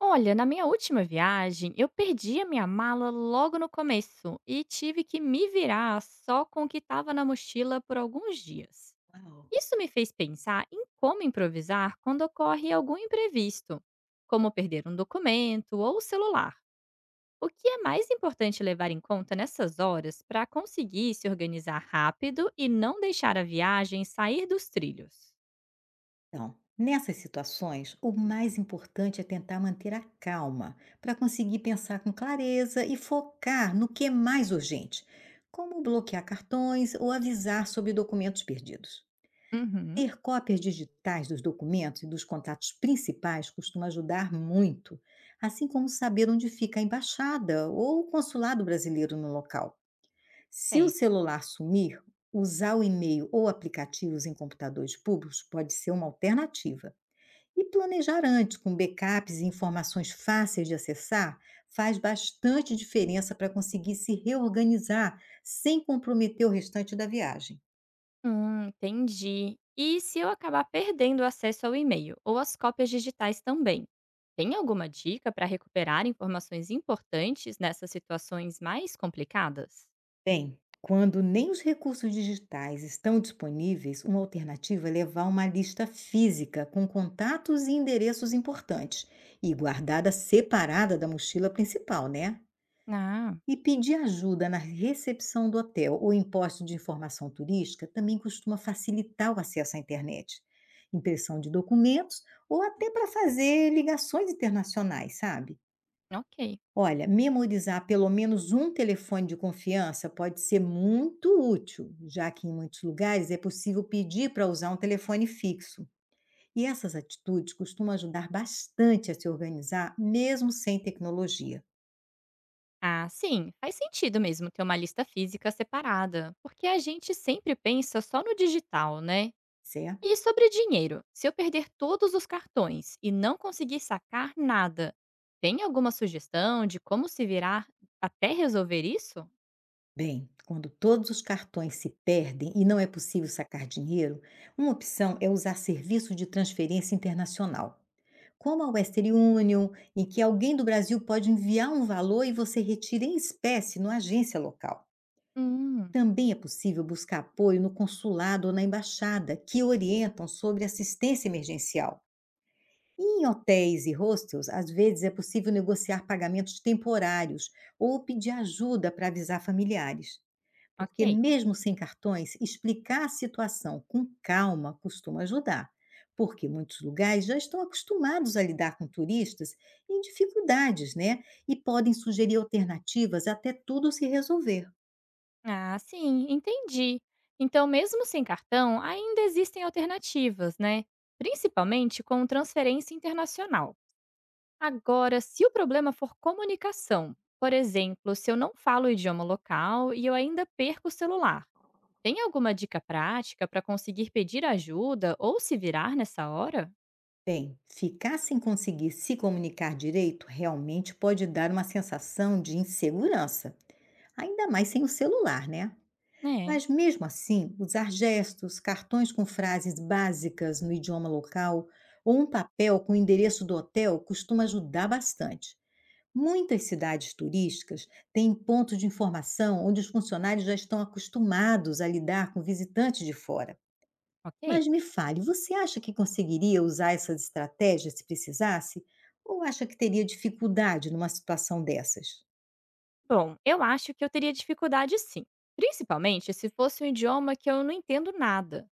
Olha, na minha última viagem, eu perdi a minha mala logo no começo e tive que me virar só com o que estava na mochila por alguns dias. Uau. Isso me fez pensar em como improvisar quando ocorre algum imprevisto, como perder um documento ou o celular. O que é mais importante levar em conta nessas horas para conseguir se organizar rápido e não deixar a viagem sair dos trilhos? Então, nessas situações, o mais importante é tentar manter a calma para conseguir pensar com clareza e focar no que é mais urgente, como bloquear cartões ou avisar sobre documentos perdidos. Uhum. Ter cópias digitais dos documentos e dos contatos principais costuma ajudar muito, assim como saber onde fica a embaixada ou o consulado brasileiro no local. Se o Certo. celular sumir, usar o e-mail ou aplicativos em computadores públicos pode ser uma alternativa. E planejar antes, com backups e informações fáceis de acessar, faz bastante diferença para conseguir se reorganizar sem comprometer o restante da viagem. Entendi. E se eu acabar perdendo o acesso ao e-mail ou as cópias digitais também? Tem alguma dica para recuperar informações importantes nessas situações mais complicadas? Bem, quando nem os recursos digitais estão disponíveis, uma alternativa é levar uma lista física com contatos e endereços importantes e guardada separada da mochila principal, né? Ah, E pedir ajuda na recepção do hotel ou em posto de informação turística também costuma facilitar o acesso à internet, impressão de documentos ou até para fazer ligações internacionais, sabe? ok. Olha, memorizar pelo menos um telefone de confiança pode ser muito útil, já que em muitos lugares é possível pedir para usar um telefone fixo. E essas atitudes costumam ajudar bastante a se organizar, mesmo sem tecnologia, Ah, sim, faz sentido mesmo ter uma lista física separada, porque a gente sempre pensa só no digital, né? certo? E sobre dinheiro, se eu perder todos os cartões e não conseguir sacar nada, tem alguma sugestão de como se virar até resolver isso? Bem, quando todos os cartões se perdem e não é possível sacar dinheiro, uma opção é usar serviço de transferência internacional, como a Western Union, em que alguém do Brasil pode enviar um valor e você retira em espécie na agência local. Hum, Também é possível buscar apoio no consulado ou na embaixada, que orientam sobre assistência emergencial. E em hotéis e hostels, às vezes é possível negociar pagamentos temporários ou pedir ajuda para avisar familiares. Porque, ok. mesmo sem cartões, explicar a situação com calma costuma ajudar, porque muitos lugares já estão acostumados a lidar com turistas em dificuldades, né? E podem sugerir alternativas até tudo se resolver. Ah, sim, entendi. Então, mesmo sem cartão, ainda existem alternativas, né? Principalmente com transferência internacional. Agora, se o problema for comunicação, por exemplo, se eu não falo o idioma local e eu ainda perco o celular, tem alguma dica prática para conseguir pedir ajuda ou se virar nessa hora? Bem, ficar sem conseguir se comunicar direito realmente pode dar uma sensação de insegurança, ainda mais sem o celular, né? É, Mas mesmo assim, usar gestos, cartões com frases básicas no idioma local ou um papel com o endereço do hotel costuma ajudar bastante. Muitas cidades turísticas têm pontos de informação onde os funcionários já estão acostumados a lidar com visitantes de fora. ok. Mas me fale, você acha que conseguiria usar essas estratégias se precisasse? Ou acha que teria dificuldade numa situação dessas? Bom, eu acho que eu teria dificuldade sim, principalmente se fosse um idioma que eu não entendo nada.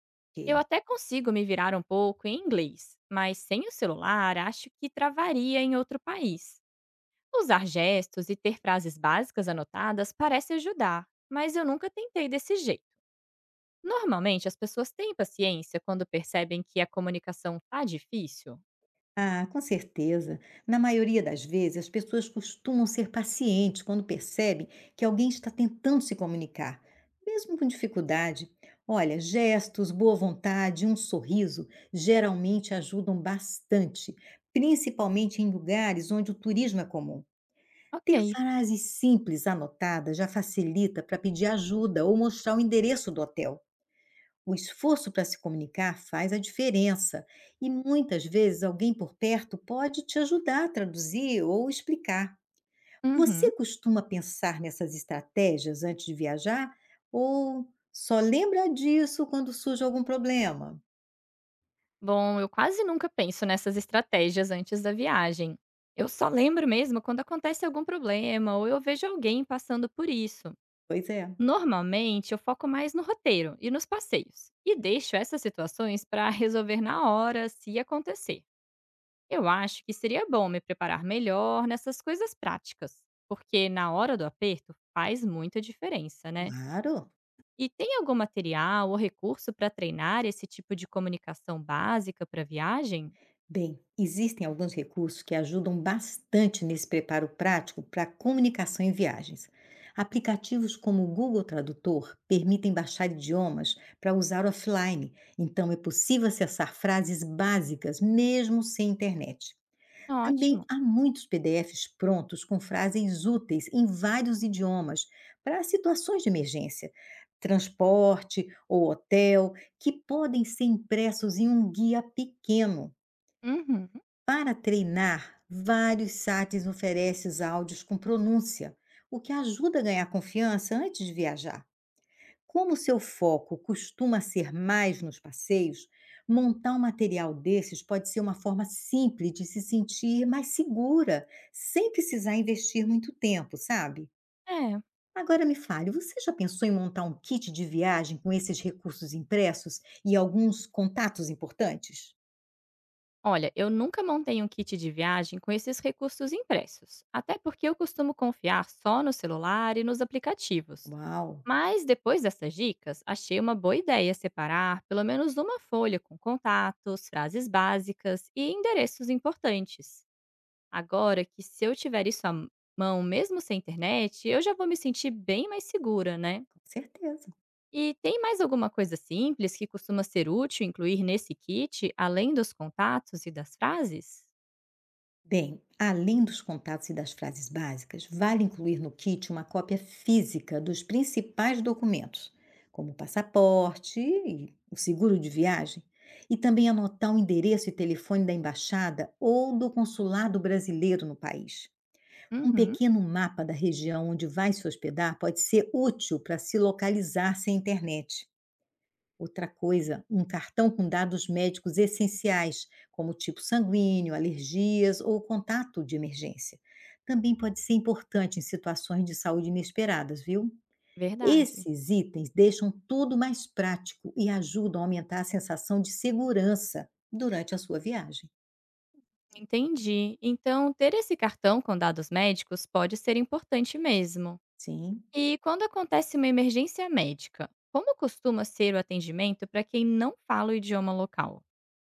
Eu Ok. até consigo me virar um pouco em inglês, mas sem o celular acho que travaria em outro país. Usar gestos e ter frases básicas anotadas parece ajudar, mas eu nunca tentei desse jeito. Normalmente as pessoas têm paciência quando percebem que a comunicação tá difícil? Ah, com certeza. Na maioria das vezes, as pessoas costumam ser pacientes quando percebem que alguém está tentando se comunicar, mesmo com dificuldade. Olha, gestos, boa vontade, um sorriso geralmente ajudam bastante, principalmente em lugares onde o turismo é comum. Ter Ok. frases simples anotadas já facilita para pedir ajuda ou mostrar o endereço do hotel. O esforço para se comunicar faz a diferença, e muitas vezes alguém por perto pode te ajudar a traduzir ou explicar. Você Uhum. costuma pensar nessas estratégias antes de viajar ou só lembra disso quando surge algum problema? Bom, eu quase nunca penso nessas estratégias antes da viagem. Eu só lembro mesmo quando acontece algum problema ou eu vejo alguém passando por isso. Pois é, Normalmente, eu foco mais no roteiro e nos passeios, e deixo essas situações para resolver na hora, se acontecer. Eu acho que seria bom me preparar melhor nessas coisas práticas, porque na hora do aperto faz muita diferença, né? claro. E tem algum material ou recurso para treinar esse tipo de comunicação básica para viagem? Bem, existem alguns recursos que ajudam bastante nesse preparo prático para comunicação em viagens. Aplicativos como o Google Tradutor permitem baixar idiomas para usar offline, então é possível acessar frases básicas mesmo sem internet. Também Ótimo. há muitos PDFs prontos com frases úteis em vários idiomas para situações de emergência, transporte ou hotel, que podem ser impressos em um guia pequeno. Uhum. Para treinar, vários sites oferecem os áudios com pronúncia, o que ajuda a ganhar confiança antes de viajar. Como o seu foco costuma ser mais nos passeios, montar um material desses pode ser uma forma simples de se sentir mais segura, sem precisar investir muito tempo, sabe? É. Agora me fale, você já pensou em montar um kit de viagem com esses recursos impressos e alguns contatos importantes? Olha, eu nunca montei um kit de viagem com esses recursos impressos, até porque eu costumo confiar só no celular e nos aplicativos. Uau, Mas depois dessas dicas, achei uma boa ideia separar pelo menos uma folha com contatos, frases básicas e endereços importantes. Agora que se eu tiver isso à mão, mesmo sem internet, eu já vou me sentir bem mais segura, né? com certeza! E tem mais alguma coisa simples que costuma ser útil incluir nesse kit, além dos contatos e das frases? Bem, além dos contatos e das frases básicas, vale incluir no kit uma cópia física dos principais documentos, como o passaporte e o seguro de viagem, e também anotar o endereço e telefone da embaixada ou do consulado brasileiro no país. Um Uhum, pequeno mapa da região onde vai se hospedar pode ser útil para se localizar sem internet. Outra coisa, um cartão com dados médicos essenciais, como tipo sanguíneo, alergias ou contato de emergência. Também pode ser importante em situações de saúde inesperadas, viu? verdade. Esses itens deixam tudo mais prático e ajudam a aumentar a sensação de segurança durante a sua viagem. Entendi. Então, ter esse cartão com dados médicos pode ser importante mesmo. Sim. E quando acontece uma emergência médica, como costuma ser o atendimento para quem não fala o idioma local?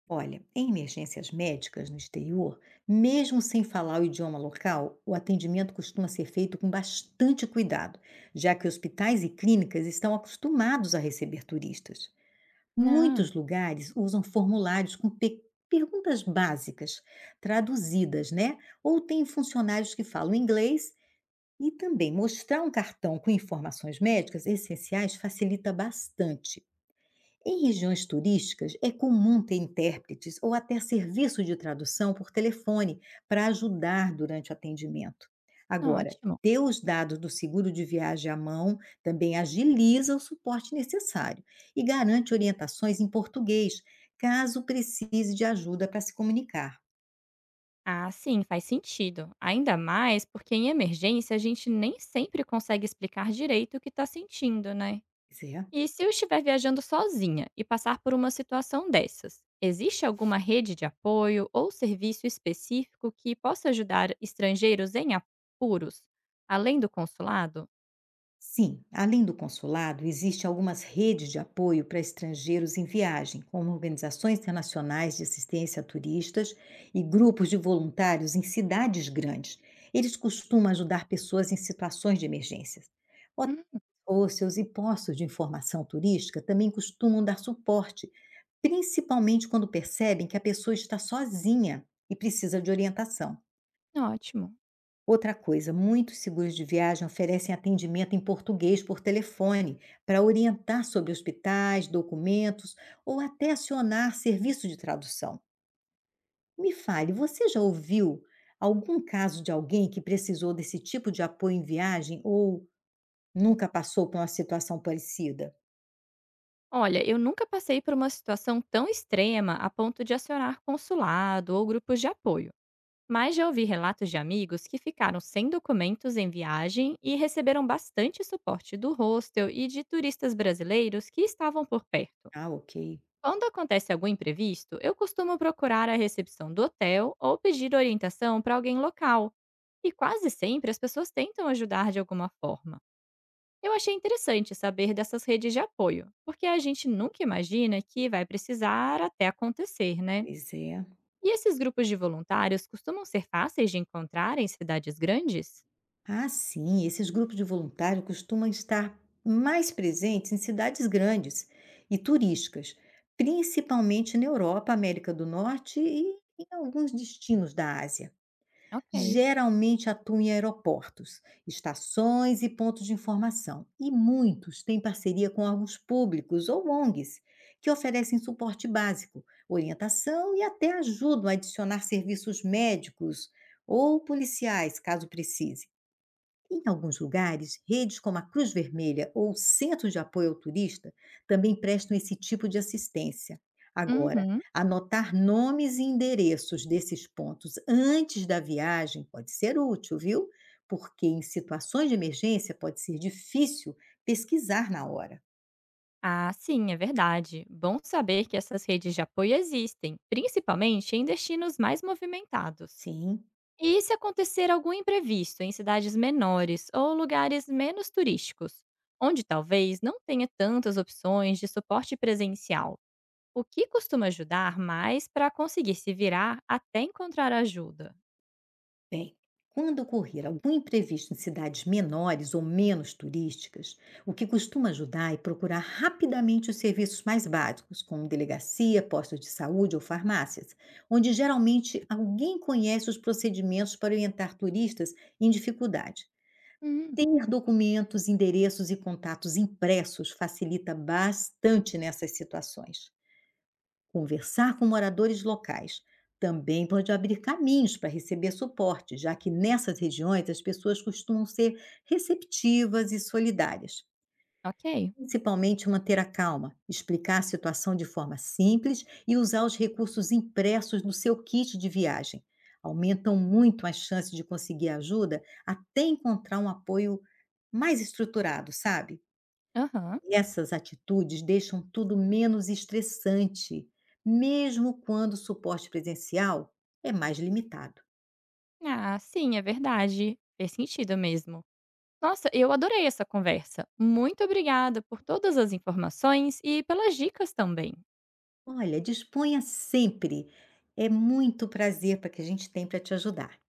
Olha, em emergências médicas no exterior, mesmo sem falar o idioma local, o atendimento costuma ser feito com bastante cuidado, já que hospitais e clínicas estão acostumados a receber turistas. Ah, Muitos lugares usam formulários com perguntas básicas, traduzidas, né? Ou têm funcionários que falam inglês e também mostrar um cartão com informações médicas essenciais facilita bastante. Em regiões turísticas, é comum ter intérpretes ou até serviço de tradução por telefone para ajudar durante o atendimento. Agora, ótimo. ter os dados do seguro de viagem à mão também agiliza o suporte necessário e garante orientações em português, caso precise de ajuda para se comunicar. Ah, sim, faz sentido. Ainda mais porque em emergência a gente nem sempre consegue explicar direito o que está sentindo, né? E se eu estiver viajando sozinha e passar por uma situação dessas, existe alguma rede de apoio ou serviço específico que possa ajudar estrangeiros em apuros, além do consulado? Sim, além do consulado, existem algumas redes de apoio para estrangeiros em viagem, como organizações internacionais de assistência a turistas e grupos de voluntários em cidades grandes. Eles costumam ajudar pessoas em situações de emergência. Hotéis, Hum, hostels e postos de informação turística também costumam dar suporte, principalmente quando percebem que a pessoa está sozinha e precisa de orientação. ótimo. Outra coisa, muitos seguros de viagem oferecem atendimento em português por telefone para orientar sobre hospitais, documentos ou até acionar serviço de tradução. Me fale, você já ouviu algum caso de alguém que precisou desse tipo de apoio em viagem ou nunca passou por uma situação parecida? Olha, eu nunca passei por uma situação tão extrema a ponto de acionar consulado ou grupos de apoio, mas já ouvi relatos de amigos que ficaram sem documentos em viagem e receberam bastante suporte do hostel e de turistas brasileiros que estavam por perto. Ah, ok. Quando acontece algum imprevisto, eu costumo procurar a recepção do hotel ou pedir orientação para alguém local. E quase sempre as pessoas tentam ajudar de alguma forma. Eu achei interessante saber dessas redes de apoio, porque a gente nunca imagina que vai precisar até acontecer, né? Pois é. E esses grupos de voluntários costumam ser fáceis de encontrar em cidades grandes? Ah, sim, esses grupos de voluntário costumam estar mais presentes em cidades grandes e turísticas, principalmente na Europa, América do Norte e em alguns destinos da Ásia. Ok. Geralmente atuam em aeroportos, estações e pontos de informação, e muitos têm parceria com órgãos públicos ou ONGs, que oferecem suporte básico, orientação e até ajudam a adicionar serviços médicos ou policiais, caso precise. Em alguns lugares, redes como a Cruz Vermelha ou centros de apoio ao turista também prestam esse tipo de assistência. Agora, Uhum. anotar nomes e endereços desses pontos antes da viagem pode ser útil, viu? Porque em situações de emergência pode ser difícil pesquisar na hora. Ah, sim, é verdade. Bom saber que essas redes de apoio existem, principalmente em destinos mais movimentados. Sim. E se acontecer algum imprevisto em cidades menores ou lugares menos turísticos, onde talvez não tenha tantas opções de suporte presencial, o que costuma ajudar mais para conseguir se virar até encontrar ajuda? Bem, quando ocorrer algum imprevisto em cidades menores ou menos turísticas, o que costuma ajudar é procurar rapidamente os serviços mais básicos, como delegacia, postos de saúde ou farmácias, onde geralmente alguém conhece os procedimentos para orientar turistas em dificuldade. Hum, Ter documentos, endereços e contatos impressos facilita bastante nessas situações. Conversar com moradores locais também pode abrir caminhos para receber suporte, já que nessas regiões as pessoas costumam ser receptivas e solidárias. ok. Principalmente manter a calma, explicar a situação de forma simples e usar os recursos impressos no seu kit de viagem. Aumentam muito as chances de conseguir ajuda até encontrar um apoio mais estruturado, sabe? Aham. E essas atitudes deixam tudo menos estressante, mesmo quando o suporte presencial é mais limitado. Ah, sim, é verdade. Fez sentido mesmo. Nossa, eu adorei essa conversa. Muito obrigada por todas as informações e pelas dicas também. Olha, disponha sempre. É muito prazer para que a gente tem para te ajudar.